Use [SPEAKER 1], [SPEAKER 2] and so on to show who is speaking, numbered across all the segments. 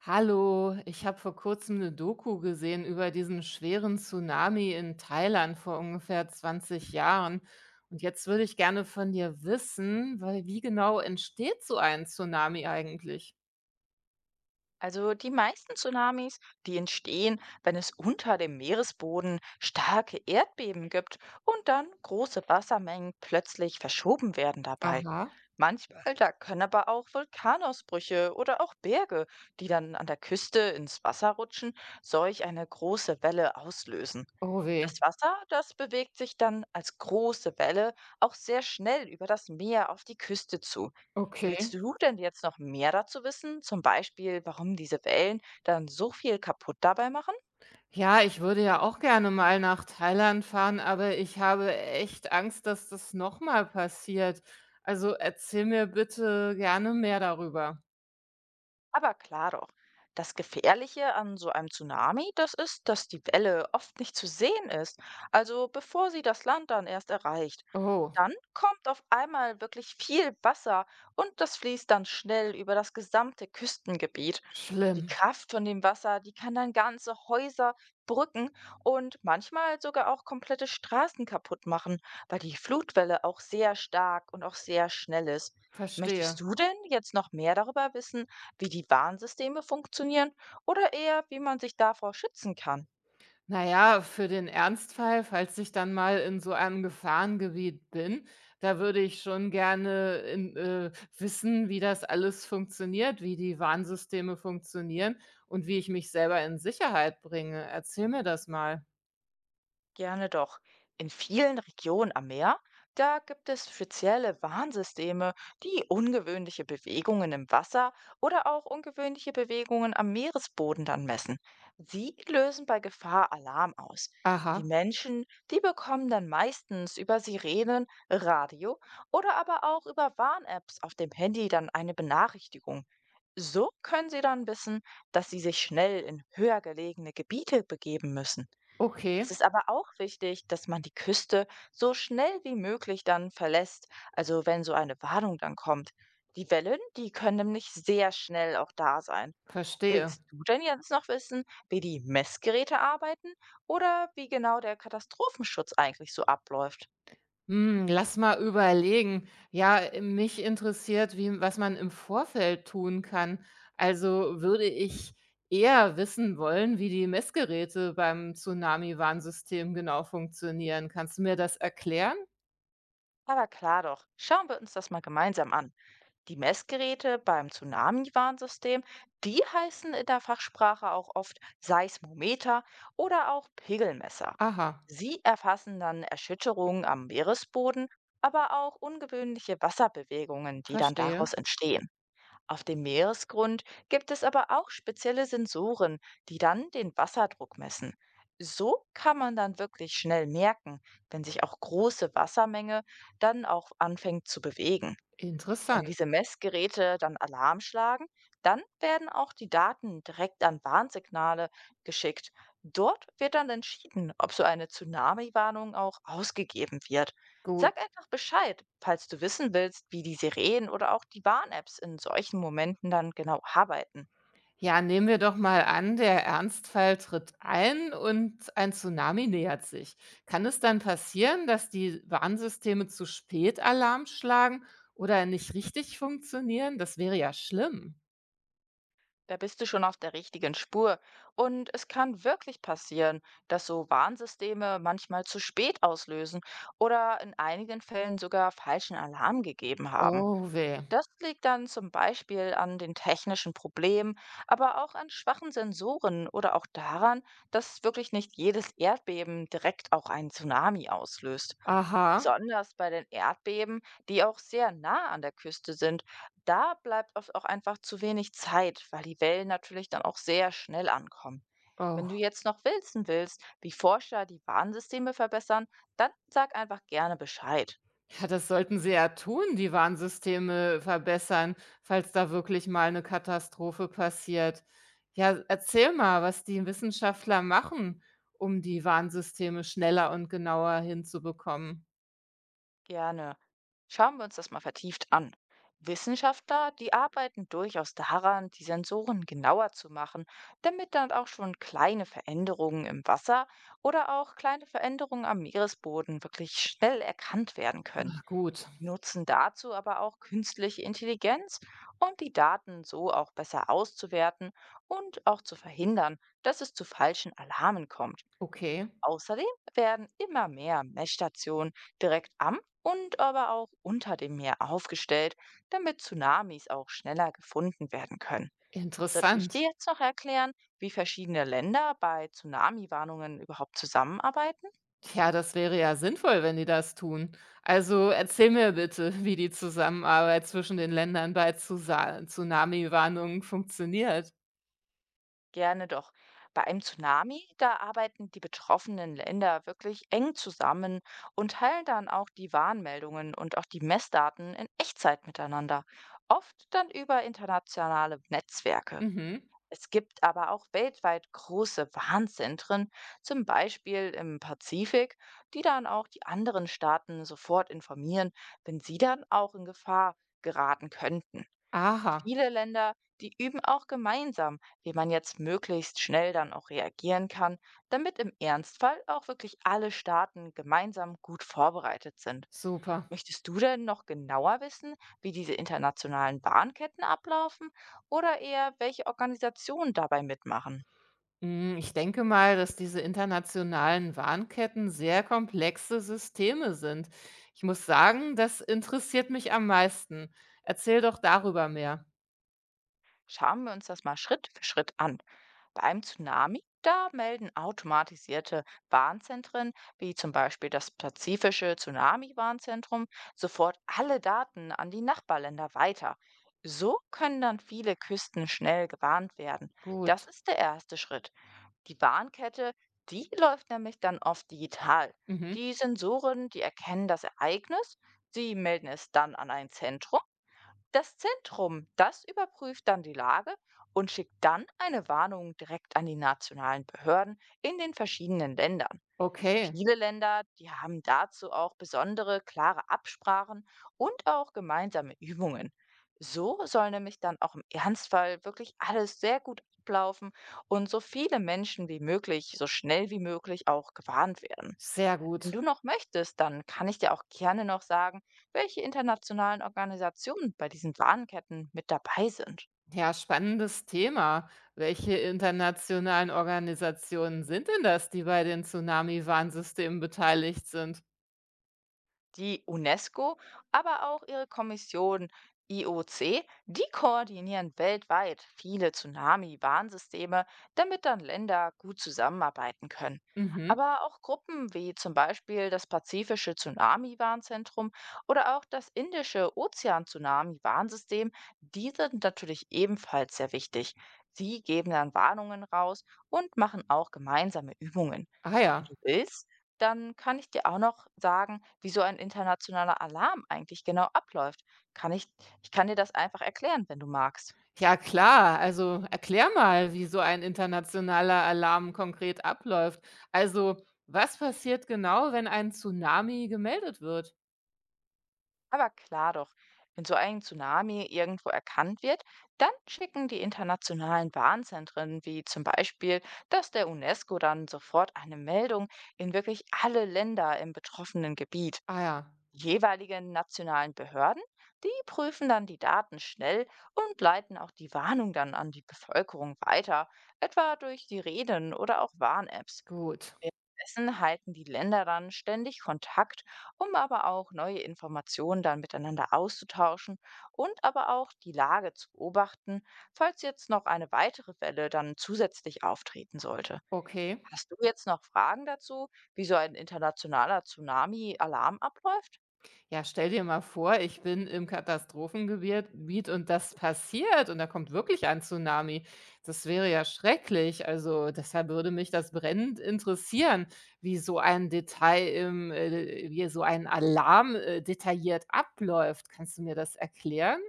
[SPEAKER 1] Hallo, ich habe vor kurzem eine Doku gesehen über diesen schweren Tsunami in Thailand vor ungefähr 20 Jahren. Und jetzt würde ich gerne von dir wissen, weil wie genau entsteht so ein Tsunami eigentlich?
[SPEAKER 2] Also die meisten Tsunamis, die entstehen, wenn es unter dem Meeresboden starke Erdbeben gibt und dann große Wassermengen plötzlich verschoben werden dabei.
[SPEAKER 1] Aha,
[SPEAKER 2] Manchmal, da können aber auch Vulkanausbrüche oder auch Berge, die dann an der Küste ins Wasser rutschen, solch eine große Welle auslösen.
[SPEAKER 1] oh weh.
[SPEAKER 2] Das Wasser, das bewegt sich dann als große Welle auch sehr schnell über das Meer auf die Küste zu. Willst
[SPEAKER 1] Okay.
[SPEAKER 2] du denn jetzt noch mehr dazu wissen? Zum Beispiel, warum diese Wellen dann so viel kaputt dabei machen?
[SPEAKER 1] Ja, ich würde ja auch gerne mal nach Thailand fahren, aber ich habe echt Angst, dass das nochmal passiert. Also erzähl mir bitte gerne mehr darüber.
[SPEAKER 2] Aber klar doch. Das Gefährliche an so einem Tsunami, das ist, dass die Welle oft nicht zu sehen ist, also bevor sie das Land dann erst erreicht.
[SPEAKER 1] Oh,
[SPEAKER 2] Dann kommt auf einmal wirklich viel Wasser und das fließt dann schnell über das gesamte Küstengebiet. Die
[SPEAKER 1] schlimm.
[SPEAKER 2] Kraft von dem Wasser, die kann dann ganze Häuser, Brücken und manchmal sogar auch komplette Straßen kaputt machen, weil die Flutwelle auch sehr stark und auch sehr schnell ist.
[SPEAKER 1] Verstehe.
[SPEAKER 2] Möchtest du denn jetzt noch mehr darüber wissen, wie die Warnsysteme funktionieren oder eher, wie man sich davor schützen kann?
[SPEAKER 1] Na ja, für den Ernstfall, falls ich dann mal in so einem Gefahrengebiet bin, da würde ich schon gerne wissen, wie das alles funktioniert, wie die Warnsysteme funktionieren und wie ich mich selber in Sicherheit bringe. Erzähl mir das mal.
[SPEAKER 2] Gerne doch. In vielen Regionen am Meer, da gibt es spezielle Warnsysteme, die ungewöhnliche Bewegungen im Wasser oder auch ungewöhnliche Bewegungen am Meeresboden dann messen. Sie lösen bei Gefahr Alarm aus. Die
[SPEAKER 1] Aha,
[SPEAKER 2] Menschen, die bekommen dann meistens über Sirenen, Radio oder aber auch über Warn-Apps auf dem Handy dann eine Benachrichtigung. So können sie dann wissen, dass sie sich schnell in höher gelegene Gebiete begeben müssen. Es
[SPEAKER 1] okay,
[SPEAKER 2] ist aber auch wichtig, dass man die Küste so schnell wie möglich dann verlässt, also wenn so eine Warnung dann kommt. Die Wellen, die können nämlich sehr schnell auch da sein.
[SPEAKER 1] verstehe.
[SPEAKER 2] Willst du denn jetzt noch wissen, wie die Messgeräte arbeiten oder wie genau der Katastrophenschutz eigentlich so abläuft?
[SPEAKER 1] Hm, lass mal überlegen. Ja, mich interessiert, wie was man im Vorfeld tun kann. Also würde ich eher wissen wollen, wie die Messgeräte beim Tsunami-Warnsystem genau funktionieren. Kannst du mir das erklären?
[SPEAKER 2] Aber klar doch, schauen wir uns das mal gemeinsam an. Die Messgeräte beim Tsunami-Warnsystem, die heißen in der Fachsprache auch oft Seismometer oder auch Pegelmesser.
[SPEAKER 1] Aha,
[SPEAKER 2] Sie erfassen dann Erschütterungen am Meeresboden, aber auch ungewöhnliche Wasserbewegungen, die dann
[SPEAKER 1] verstehe.
[SPEAKER 2] daraus entstehen. Auf dem Meeresgrund gibt es aber auch spezielle Sensoren, die dann den Wasserdruck messen. So kann man dann wirklich schnell merken, wenn sich auch große Wassermenge dann auch anfängt zu bewegen. Wenn
[SPEAKER 1] Interessant.
[SPEAKER 2] diese Messgeräte dann Alarm schlagen, dann werden auch die Daten direkt an Warnsignale geschickt. Dort wird dann entschieden, ob so eine Tsunami-Warnung auch ausgegeben wird.
[SPEAKER 1] Gut.
[SPEAKER 2] Sag einfach Bescheid, falls du wissen willst, wie die Sirenen oder auch die Warn-Apps in solchen Momenten dann genau arbeiten.
[SPEAKER 1] Ja, nehmen wir doch mal an, der Ernstfall tritt ein und ein Tsunami nähert sich. Kann es dann passieren, dass die Warnsysteme zu spät Alarm schlagen oder nicht richtig funktionieren? Das wäre ja schlimm.
[SPEAKER 2] Da bist du schon auf der richtigen Spur. Und es kann wirklich passieren, dass so Warnsysteme manchmal zu spät auslösen oder in einigen Fällen sogar falschen Alarm gegeben haben.
[SPEAKER 1] Oh weh.
[SPEAKER 2] Das liegt dann zum Beispiel an den technischen Problemen, aber auch an schwachen Sensoren oder auch daran, dass wirklich nicht jedes Erdbeben direkt auch einen Tsunami auslöst.
[SPEAKER 1] Aha.
[SPEAKER 2] Besonders bei den Erdbeben, die auch sehr nah an der Küste sind, da bleibt oft auch einfach zu wenig Zeit, weil die Wellen natürlich dann auch sehr schnell ankommen.
[SPEAKER 1] Oh.
[SPEAKER 2] Wenn du jetzt noch wissen willst, wie Forscher die Warnsysteme verbessern, dann sag einfach gerne Bescheid.
[SPEAKER 1] Ja, das sollten sie ja tun, die Warnsysteme verbessern, falls da wirklich mal eine Katastrophe passiert. Ja, erzähl mal, was die Wissenschaftler machen, um die Warnsysteme schneller und genauer hinzubekommen.
[SPEAKER 2] Gerne. Schauen wir uns das mal vertieft an. Wissenschaftler, die arbeiten durchaus daran, die Sensoren genauer zu machen, damit dann auch schon kleine Veränderungen im Wasser oder auch kleine Veränderungen am Meeresboden wirklich schnell erkannt werden können.
[SPEAKER 1] Ach gut,
[SPEAKER 2] Sie nutzen dazu aber auch künstliche Intelligenz, um die Daten so auch besser auszuwerten und auch zu verhindern, dass es zu falschen Alarmen kommt.
[SPEAKER 1] okay,
[SPEAKER 2] Außerdem werden immer mehr Messstationen direkt am und aber auch unter dem Meer aufgestellt, damit Tsunamis auch schneller gefunden werden können. Soll ich
[SPEAKER 1] interessant.
[SPEAKER 2] dir jetzt noch erklären, wie verschiedene Länder bei Tsunami-Warnungen überhaupt zusammenarbeiten?
[SPEAKER 1] Ja, das wäre ja sinnvoll, wenn die das tun. Also, erzähl mir bitte, wie die Zusammenarbeit zwischen den Ländern bei Zusa Tsunami-Warnungen funktioniert.
[SPEAKER 2] Gerne doch. Bei einem Tsunami, da arbeiten die betroffenen Länder wirklich eng zusammen und teilen dann auch die Warnmeldungen und auch die Messdaten in Echtzeit miteinander, oft dann über internationale Netzwerke.
[SPEAKER 1] Mhm.
[SPEAKER 2] Es gibt aber auch weltweit große Warnzentren, zum Beispiel im Pazifik, die dann auch die anderen Staaten sofort informieren, wenn sie dann auch in Gefahr geraten könnten.
[SPEAKER 1] Aha,
[SPEAKER 2] Viele Länder, die üben auch gemeinsam, wie man jetzt möglichst schnell dann auch reagieren kann, damit im Ernstfall auch wirklich alle Staaten gemeinsam gut vorbereitet sind.
[SPEAKER 1] super.
[SPEAKER 2] Möchtest du denn noch genauer wissen, wie diese internationalen Bahnketten ablaufen oder eher welche Organisationen dabei mitmachen?
[SPEAKER 1] Hm, ich denke mal, dass diese internationalen Warnketten sehr komplexe Systeme sind. Ich muss sagen, das interessiert mich am meisten. Erzähl doch darüber mehr.
[SPEAKER 2] Schauen wir uns das mal Schritt für Schritt an. Beim Tsunami, da melden automatisierte Warnzentren, wie zum Beispiel das pazifische Tsunami-Warnzentrum, sofort alle Daten an die Nachbarländer weiter. So können dann viele Küsten schnell gewarnt werden. Das
[SPEAKER 1] Gut.
[SPEAKER 2] ist der erste Schritt. Die Warnkette, die läuft nämlich dann oft digital.
[SPEAKER 1] Mhm.
[SPEAKER 2] Die Sensoren, die erkennen das Ereignis, sie melden es dann an ein Zentrum. Das Zentrum, das überprüft dann die Lage und schickt dann eine Warnung direkt an die nationalen Behörden in den verschiedenen Ländern.
[SPEAKER 1] Okay,
[SPEAKER 2] Viele Länder, die haben dazu auch besondere, klare Absprachen und auch gemeinsame Übungen. So soll nämlich dann auch im Ernstfall wirklich alles sehr gut ablaufen und so viele Menschen wie möglich, so schnell wie möglich auch gewarnt werden.
[SPEAKER 1] sehr
[SPEAKER 2] Wenn
[SPEAKER 1] gut.
[SPEAKER 2] du noch möchtest, dann kann ich dir auch gerne noch sagen, welche internationalen Organisationen bei diesen Warnketten mit dabei sind.
[SPEAKER 1] Ja, spannendes Thema. Welche internationalen Organisationen sind denn das, die bei den Tsunami-Warnsystemen beteiligt sind?
[SPEAKER 2] Die UNESCO, aber auch ihre Kommission IOC, die koordinieren weltweit viele Tsunami-Warnsysteme, damit dann Länder gut zusammenarbeiten können.
[SPEAKER 1] Mhm.
[SPEAKER 2] Aber auch Gruppen wie zum Beispiel das Pazifische Tsunami-Warnzentrum oder auch das indische Ozean-Tsunami-Warnsystem, die sind natürlich ebenfalls sehr wichtig. Sie geben dann Warnungen raus und machen auch gemeinsame Übungen.
[SPEAKER 1] Ah
[SPEAKER 2] Wenn du
[SPEAKER 1] ja.
[SPEAKER 2] willst, dann kann ich dir auch noch sagen, wie so ein internationaler Alarm eigentlich genau abläuft. Kann ich, ich kann dir das einfach erklären, wenn du magst.
[SPEAKER 1] Ja klar, also erklär mal, wie so ein internationaler Alarm konkret abläuft. Also, was passiert genau, wenn ein Tsunami gemeldet wird?
[SPEAKER 2] Aber klar doch, wenn so ein Tsunami irgendwo erkannt wird, dann schicken die internationalen Warnzentren, wie zum Beispiel das der UNESCO, dann sofort eine Meldung in wirklich alle Länder im betroffenen Gebiet.
[SPEAKER 1] Ah ja,
[SPEAKER 2] Jeweiligen nationalen Behörden, die prüfen dann die Daten schnell und leiten auch die Warnung dann an die Bevölkerung weiter, etwa durch die Reden oder auch Warn-Apps.
[SPEAKER 1] gut.
[SPEAKER 2] Dessen halten die Länder dann ständig Kontakt, um aber auch neue Informationen dann miteinander auszutauschen und aber auch die Lage zu beobachten, falls jetzt noch eine weitere Welle dann zusätzlich auftreten sollte.
[SPEAKER 1] Okay.
[SPEAKER 2] Hast du jetzt noch Fragen dazu, wie so ein internationaler Tsunami-Alarm abläuft?
[SPEAKER 1] Ja, stell dir mal vor, ich bin im Katastrophengebiet Gebiet und das passiert und da kommt wirklich ein Tsunami. Das wäre ja schrecklich. Also deshalb würde mich das brennend interessieren, wie so ein wie so ein Alarm detailliert abläuft. Kannst du mir das erklären?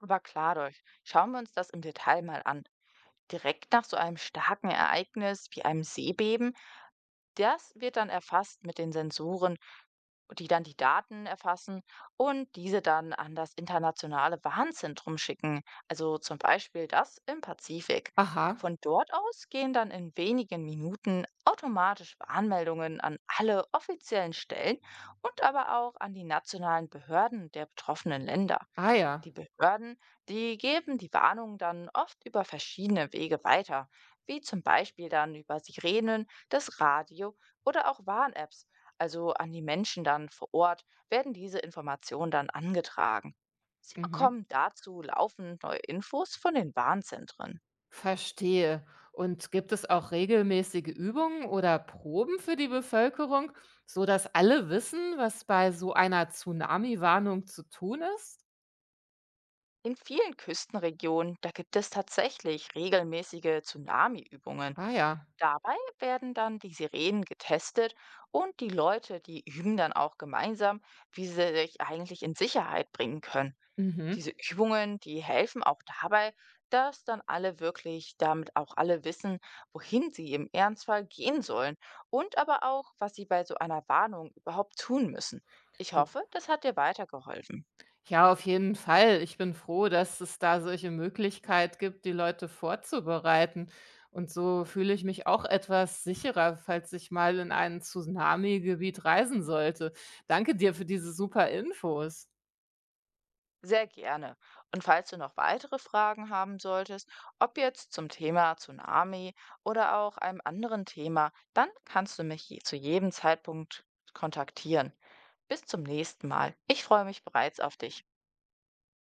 [SPEAKER 2] Aber klar doch. Schauen wir uns das im Detail mal an. Direkt nach so einem starken Ereignis wie einem Seebeben, das wird dann erfasst mit den Sensoren, die dann die Daten erfassen und diese dann an das internationale Warnzentrum schicken, also zum Beispiel das im Pazifik.
[SPEAKER 1] Aha.
[SPEAKER 2] Von dort aus gehen dann in wenigen Minuten automatisch Warnmeldungen an alle offiziellen Stellen und aber auch an die nationalen Behörden der betroffenen Länder.
[SPEAKER 1] Ah ja.
[SPEAKER 2] Die Behörden, die geben die Warnung dann oft über verschiedene Wege weiter, wie zum Beispiel dann über Sirenen, das Radio oder auch Warn-Apps. Also an die Menschen dann vor Ort werden diese Informationen dann angetragen. Sie
[SPEAKER 1] Mhm.
[SPEAKER 2] bekommen dazu laufend neue Infos von den Warnzentren.
[SPEAKER 1] Verstehe. Und gibt es auch regelmäßige Übungen oder Proben für die Bevölkerung, so dass alle wissen, was bei so einer Tsunami-Warnung zu tun ist?
[SPEAKER 2] In vielen Küstenregionen, da gibt es tatsächlich regelmäßige Tsunami-Übungen.
[SPEAKER 1] Ah ja.
[SPEAKER 2] Dabei werden dann die Sirenen getestet und die Leute, die üben dann auch gemeinsam, wie sie sich eigentlich in Sicherheit bringen können.
[SPEAKER 1] Mhm.
[SPEAKER 2] Diese Übungen, die helfen auch dabei, dass dann alle wirklich, damit auch alle wissen, wohin sie im Ernstfall gehen sollen und aber auch, was sie bei so einer Warnung überhaupt tun müssen. Ich
[SPEAKER 1] Gut.
[SPEAKER 2] hoffe, das hat dir weitergeholfen.
[SPEAKER 1] Ja, auf jeden Fall. Ich bin froh, dass es da solche Möglichkeit gibt, die Leute vorzubereiten. Und so fühle ich mich auch etwas sicherer, falls ich mal in ein Tsunami-Gebiet reisen sollte. Danke dir für diese super Infos.
[SPEAKER 2] Sehr gerne. Und falls du noch weitere Fragen haben solltest, ob jetzt zum Thema Tsunami oder auch einem anderen Thema, dann kannst du mich zu jedem Zeitpunkt kontaktieren. Bis zum nächsten Mal. Ich freue mich bereits auf dich.